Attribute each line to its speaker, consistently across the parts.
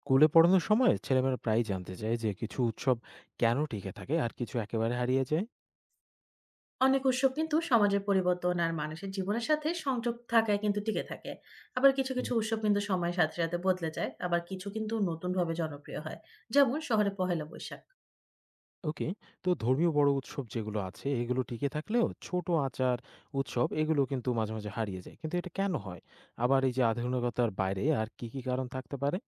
Speaker 1: স্কুলে পড়ানোর সময় ছেলেমেয়েরা প্রায়ই জানতে চায় যে কিছু উৎসব কেন টিকে থাকে আর কিছু একেবারে হারিয়ে যায়।
Speaker 2: অনেক উৎসব কিন্তু সমাজের পরিবর্তন আর মানুষের জীবনের সাথে সংযোগ থাকায় কিন্তু টিকে থাকে। আবার কিছু কিছু
Speaker 1: হুম।
Speaker 2: উৎসব কিন্তু সময়ের সাথে সাথে বদলে যায়, আবার কিছু কিন্তু নতুন ভাবে জনপ্রিয় হয়, যেমন শহরে পহেলা বৈশাখ।
Speaker 1: ওকে, তো ধর্মীয় বড় উৎসব যেগুলো আছে এগুলো টিকে থাকলেও ছোট আচার উৎসব এগুলো কিন্তু মাঝে মাঝে হারিয়ে যায়, কিন্তু এটা কেন হয়? আবার এই যে আধুনিকতার বাইরে আর কি কি কারণ থাকতে পারে?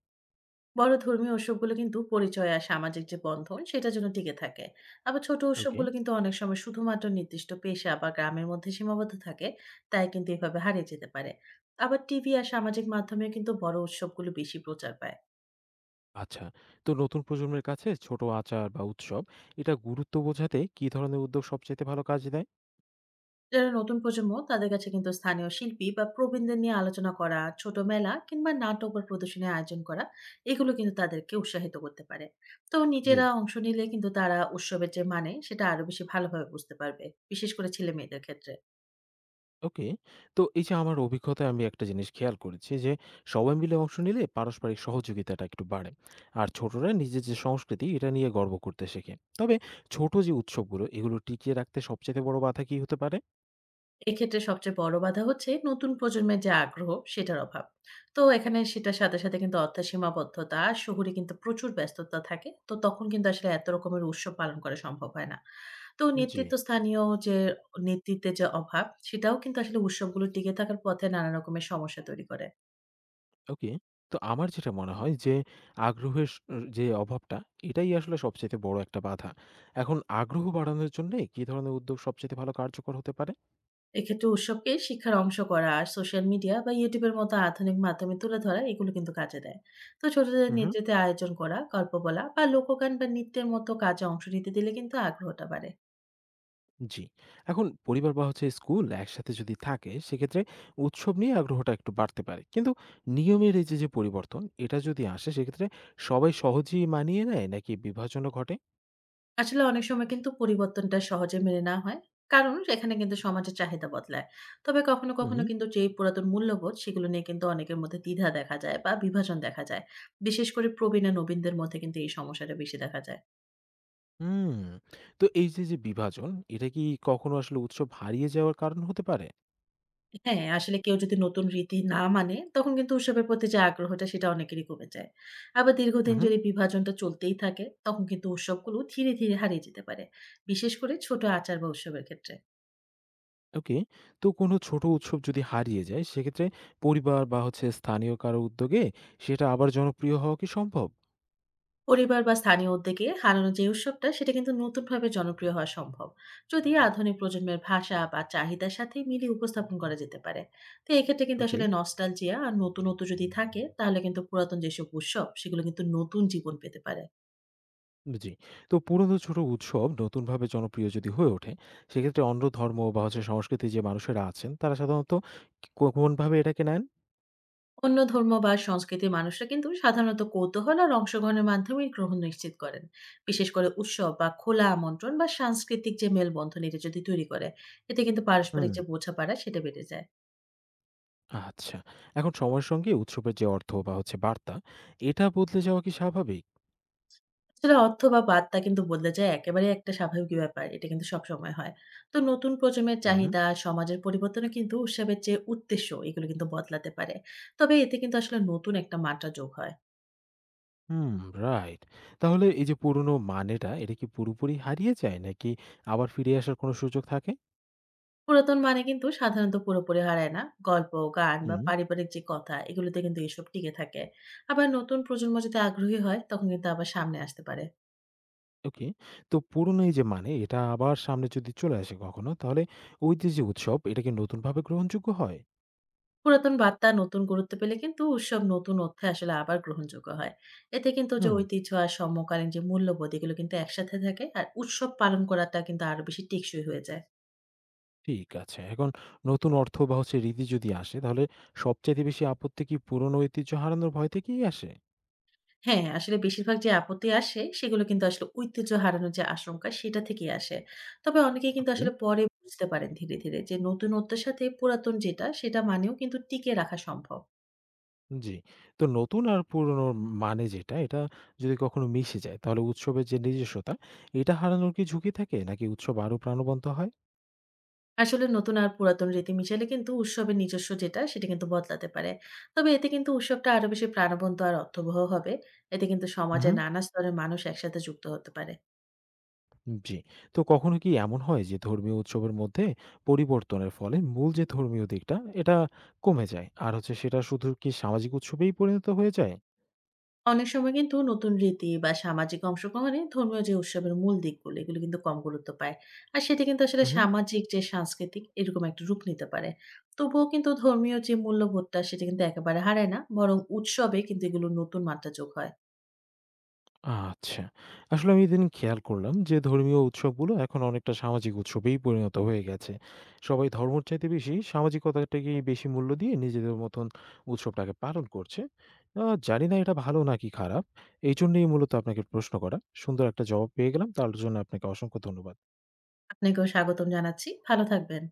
Speaker 2: বড় ধর্মীয় উৎসবগুলো কিন্তু পরিচয় আর সামাজিক যে বন্ধন সেটার জন্য টিকে থাকে। আবার ছোট
Speaker 1: ওকে।
Speaker 2: উৎসবগুলো কিন্তু অনেক সময় শুধুমাত্র নির্দিষ্ট পেশা বা গ্রামের মধ্যে সীমাবদ্ধ থাকে, তাই কিন্তু এভাবে হারিয়ে যেতে পারে। আবার টিভি আর সামাজিক মাধ্যমে কিন্তু বড় উৎসবগুলো বেশি প্রচার পায়।
Speaker 1: আচ্ছা, তো নতুন প্রজন্মের কাছে ছোট আচার বা উৎসব, এটা গুরুত্ব বোঝাতে কি ধরনের উদ্যোগ সবচেয়ে ভালো কাজ দেয়?
Speaker 2: যারা নতুন প্রজন্ম তাদের কাছে কিন্তু স্থানীয় শিল্পী বা প্রবীণদের নিয়ে আলোচনা করা, ছোট মেলা কিংবা নাটক বা প্রদর্শনীর আয়োজন করা, এগুলো কিন্তু তাদেরকে উৎসাহিত করতে পারে। তো
Speaker 1: জি।
Speaker 2: নিজেরা অংশ নিলে কিন্তু তারা উৎসবের যে মানে সেটা আরো বেশি ভালোভাবে বুঝতে পারবে, বিশেষ করে ছেলে মেয়েদের ক্ষেত্রে।
Speaker 1: ওকে। তো এই যে আমার অভিজ্ঞতায় আমি একটা জিনিস খেয়াল করেছি যে সবাই মিলে অংশ নিলে পারস্পরিক সহযোগিতাটা একটু বাড়ে, আর ছোটরা নিজের যে সংস্কৃতি এটা নিয়ে গর্ব করতে শেখে। তবে ছোট যে উৎসবগুলো এগুলো টিকিয়ে রাখতে সবচেয়ে বড় বাধা কি হতে পারে?
Speaker 2: এক্ষেত্রে সবচেয়ে বড় বাধা হচ্ছে নতুন প্রজন্মের যে আগ্রহ সেটার অভাব। তো এখানে সেটার সাথে কিন্তু অর্থের সীমাবদ্ধতা, শহুরে কিন্তু প্রচুর ব্যস্ততা থাকে। তো তখন কিন্তু আসলে এত রকমের উৎসব পালন করা সম্ভব হয় না। তো
Speaker 1: জি।
Speaker 2: নেতৃত্ব স্থানীয় যে নেতৃত্বের যে অভাব, সেটাও কিন্তু আসলে উৎসবগুলো টিকে থাকার পথে নানা রকমের সমস্যা তৈরি করে।
Speaker 1: ওকে, তো আমার যেটা মনে হয় যে আগ্রহের স- যে অভাবটা, এটাই আসলে সবচেয়ে বড় একটা বাধা। এখন আগ্রহ বাড়ানোর জন্য কি ধরনের উদ্যোগ সবচেয়ে ভালো কার্যকর হতে পারে?
Speaker 2: এক্ষেত্রে উৎসবকে শিক্ষার অংশ করা আর সোশ্যাল মিডিয়া বা ইউটিউবের মতো আধুনিক মাধ্যমে তুলে ধরা, এগুলো কিন্তু কাজে দেয়। তো ছোটদের
Speaker 1: হুম।
Speaker 2: নেতৃত্বে আয়োজন করা, গল্প বলা বা লোকগান বা নৃত্যের মতো কাজে অংশ নিতে দিলে কিন্তু আগ্রহটা বাড়ে।
Speaker 1: জি। এখন পরিবার বা হচ্ছে স্কুল একসাথে যদি থাকে সেক্ষেত্রে উৎসব নিয়ে আগ্রহটা একটু বাড়তে পারে। কিন্তু নিয়মের এই যে, যে পরিবর্তন এটা যদি আসে সেক্ষেত্রে সবাই সহজেই মানিয়ে নেয় নাকি বিভাজনও ঘটে?
Speaker 2: আসলে অনেক সময় কিন্তু পরিবর্তনটা সহজে মেনে নেওয়া হয়, কারণ এখানে কিন্তু সমাজের চাহিদা বদলায়। তবে কখনো
Speaker 1: হুম।
Speaker 2: কখনো কিন্তু যেই পুরাতন মূল্যবোধ সেগুলো নিয়ে কিন্তু অনেকের মধ্যে দ্বিধা দেখা যায় বা বিভাজন দেখা যায়। বিশেষ করে প্রবীণ আর নবীনদের মধ্যে কিন্তু এই সমস্যাটা বেশি দেখা যায়।
Speaker 1: হুম। তো এই যে, যে বিভাজন এটা কি কখনো আসলে উৎসব হারিয়ে যাওয়ার কারণ হতে পারে?
Speaker 2: হ্যাঁ, আসলে কেউ যদি নতুন রীতি না মানে তখন কিন্তু উৎসবের প্রতি যে আগ্রহটা সেটা অনেকেরই কমে যায়। আবার দীর্ঘদিন
Speaker 1: উহু।
Speaker 2: যদি বিভাজনটা চলতেই থাকে তখন কিন্তু উৎসবগুলো ধীরে হারিয়ে যেতে পারে, বিশেষ করে ছোট আচার বা উৎসবের ক্ষেত্রে।
Speaker 1: ওকে। তো কোনো ছোট উৎসব যদি হারিয়ে যায় সেক্ষেত্রে পরিবার বা হচ্ছে স্থানীয় কারো উদ্যোগে সেটা আবার জনপ্রিয় হওয়া কি সম্ভব?
Speaker 2: পরিবার বা স্থানীয় উদ্যোগে হারানো যে উৎসবটা সেটা কিন্তু নতুনভাবে জনপ্রিয় হওয়া সম্ভব, যদি আধুনিক প্রজন্মের ভাষা বা চাহিদার সাথে মিলিয়ে উপস্থাপন করা যেতে পারে। তো এক্ষেত্রে কিন্তু
Speaker 1: ওকে।
Speaker 2: আসলে নস্টালজিয়া আর নতুনত্ব যদি থাকে তাহলে কিন্তু পুরাতন যেসব উৎসব সেগুলো কিন্তু নতুন জীবন পেতে পারে।
Speaker 1: জি। তো পুরনো ছোট উৎসব নতুনভাবে জনপ্রিয় যদি হয়ে ওঠে, সেক্ষেত্রে অন্য ধর্ম বা হচ্ছে সংস্কৃতির যে মানুষেরা আছেন, তারা সাধারণত কোনভাবে এটাকে নেন?
Speaker 2: অন্য ধর্ম বা সংস্কৃতির মানুষরা কিন্তু সাধারণত কৌতূহল আর অংশগ্রহণের মাধ্যমে গ্রহণ নিশ্চিত করেন, বিশেষ করে উৎসব বা খোলা আমন্ত্রণ বা সাংস্কৃতিক যে মেলবন্ধন এটা যদি তৈরি করে। এতে কিন্তু পারস্পরিক
Speaker 1: হুম।
Speaker 2: যে বোঝাপড়া সেটা বেড়ে যায়।
Speaker 1: আচ্ছা। এখন সময়ের সঙ্গে উৎসবের যে অর্থ বা হচ্ছে বার্তা, এটা বদলে যাওয়া কি স্বাভাবিক?
Speaker 2: আসলে অর্থ বা বার্তা কিন্তু বদলে যায়, একেবারে একটা স্বাভাবিক ব্যাপার, এটা কিন্তু সবসময় হয়। তো নতুন প্রজন্মের
Speaker 1: হুম।
Speaker 2: চাহিদা, সমাজের পরিবর্তনে কিন্তু উৎসবের যে উদ্দেশ্য এগুলো কিন্তু বদলাতে পারে। তবে এতে কিন্তু আসলে নতুন একটা মাত্রা যোগ হয়।
Speaker 1: হুম, রাইট। তাহলে এই যে পুরনো মানেটা, এটা কি পুরোপুরি হারিয়ে যায় নাকি আবার ফিরে আসার কোনো সুযোগ থাকে?
Speaker 2: পুরাতন মানে কিন্তু সাধারণত পুরোপুরি হারায় না। গল্প, গান বা
Speaker 1: হুম।
Speaker 2: পারিবারিক যে কথা এগুলোতে কিন্তু এসব টিকে থাকে। আবার নতুন প্রজন্ম যদি আগ্রহী হয় তখন কিন্তু আবার সামনে আসতে পারে।
Speaker 1: ওকে। তো পুরনো এই যে মানে, এটা আবার সামনে যদি চলে আসে কখনো, তাহলে ওই যে, যে উৎসব, এটা কি নতুনভাবে গ্রহণযোগ্য হয়?
Speaker 2: পুরাতন বার্তা নতুন গুরুত্ব পেলে কিন্তু উৎসব নতুন অর্থে আসলে আবার গ্রহণযোগ্য হয়। এতে কিন্তু যে
Speaker 1: হুম,
Speaker 2: ঐতিহ্য আর সমকালীন যে মূল্যবোধ এগুলো কিন্তু একসাথে থাকে আর উৎসব পালন করাটা কিন্তু আরো বেশি টেকসই হয়ে যায়।
Speaker 1: ঠিক আছে। এখন নতুন অর্থ বা হচ্ছে রীতি যদি আসে তাহলে সবচাইতে বেশি আপত্তি কি পুরনো ঐতিহ্য হারানোর ভয় থেকেই আসে?
Speaker 2: হ্যাঁ, আসলে বেশিরভাগ যে আপত্তি আসে সেগুলো কিন্তু আসলে ঐতিহ্য হারানোর যে আশঙ্কা সেটা থেকেই আসে। তবে অনেকেই কিন্তু
Speaker 1: ওকে,
Speaker 2: আসলে পরে বুঝতে পারেন ধীরে যে নতুনত্বের সাথে পুরাতন যেটা সেটা মানেও কিন্তু টিকিয়ে রাখা সম্ভব।
Speaker 1: জি। তো নতুন আর পুরনোর মানে যেটা এটা যদি কখনো মিশে যায় তাহলে উৎসবের যে নিজস্বতা এটা হারানোর কি ঝুঁকি থাকে নাকি উৎসব আরো প্রাণবন্ত হয়?
Speaker 2: আসলে নতুন আর পুরাতন রীতি মিশালে কিন্তু উৎসবের নিজস্ব যেটা সেটা কিন্তু বদলাতে পারে। তবে এতে কিন্তু উৎসবটা আরো বেশি প্রাণবন্ত আর অর্থবহ হবে। এতে কিন্তু সমাজের
Speaker 1: হুম।
Speaker 2: নানা স্তরের মানুষ একসাথে যুক্ত হতে পারে।
Speaker 1: জি। তো কখনো কি এমন হয় যে ধর্মীয় উৎসবের মধ্যে পরিবর্তনের ফলে মূল যে ধর্মীয় দিকটা এটা কমে যায় আর হচ্ছে সেটা শুধু কি সামাজিক উৎসবেই পরিণত হয়ে যায়?
Speaker 2: অনেক সময় কিন্তু নতুন রীতি বা সামাজিক অংশগ্রহণে ধর্মীয় যে উৎসবের মূল দিকগুলো এগুলো কিন্তু কম গুরুত্ব পায়। আর সেটা কিন্তু আসলে সামাজিক, যে সাংস্কৃতিক এরকম একটা রূপ নিতে পারে। তবুও কিন্তু ধর্মীয় যে মূল্যবোধটা সেটা কিন্তু একেবারে হারায় না, বরং উৎসবে কিন্তু এগুলো নতুন মাত্রা যোগ হয়।
Speaker 1: আচ্ছা। আসলে আমি ইদানিং খেয়াল করলাম যে ধর্মীয় উৎসবগুলো এখন অনেকটা সামাজিক উৎসবেই পরিণত হয়ে গেছে। সবাই ধর্মর চাইতে বেশি সামাজিকতাটাকেই বেশি মূল্য দিয়ে নিজেদের মতন উৎসবটাকে পালন করছে। আ জানি না এটা ভালো নাকি খারাপ। এইজন্যেই মূলত আপনাকে প্রশ্ন করা। সুন্দর একটা জবাব পেয়ে গেলাম। তার জন্য আপনাকে অসংখ্য ধন্যবাদ।
Speaker 2: আপনাকেও স্বাগতম জানাচ্ছি, ভালো থাকবেন।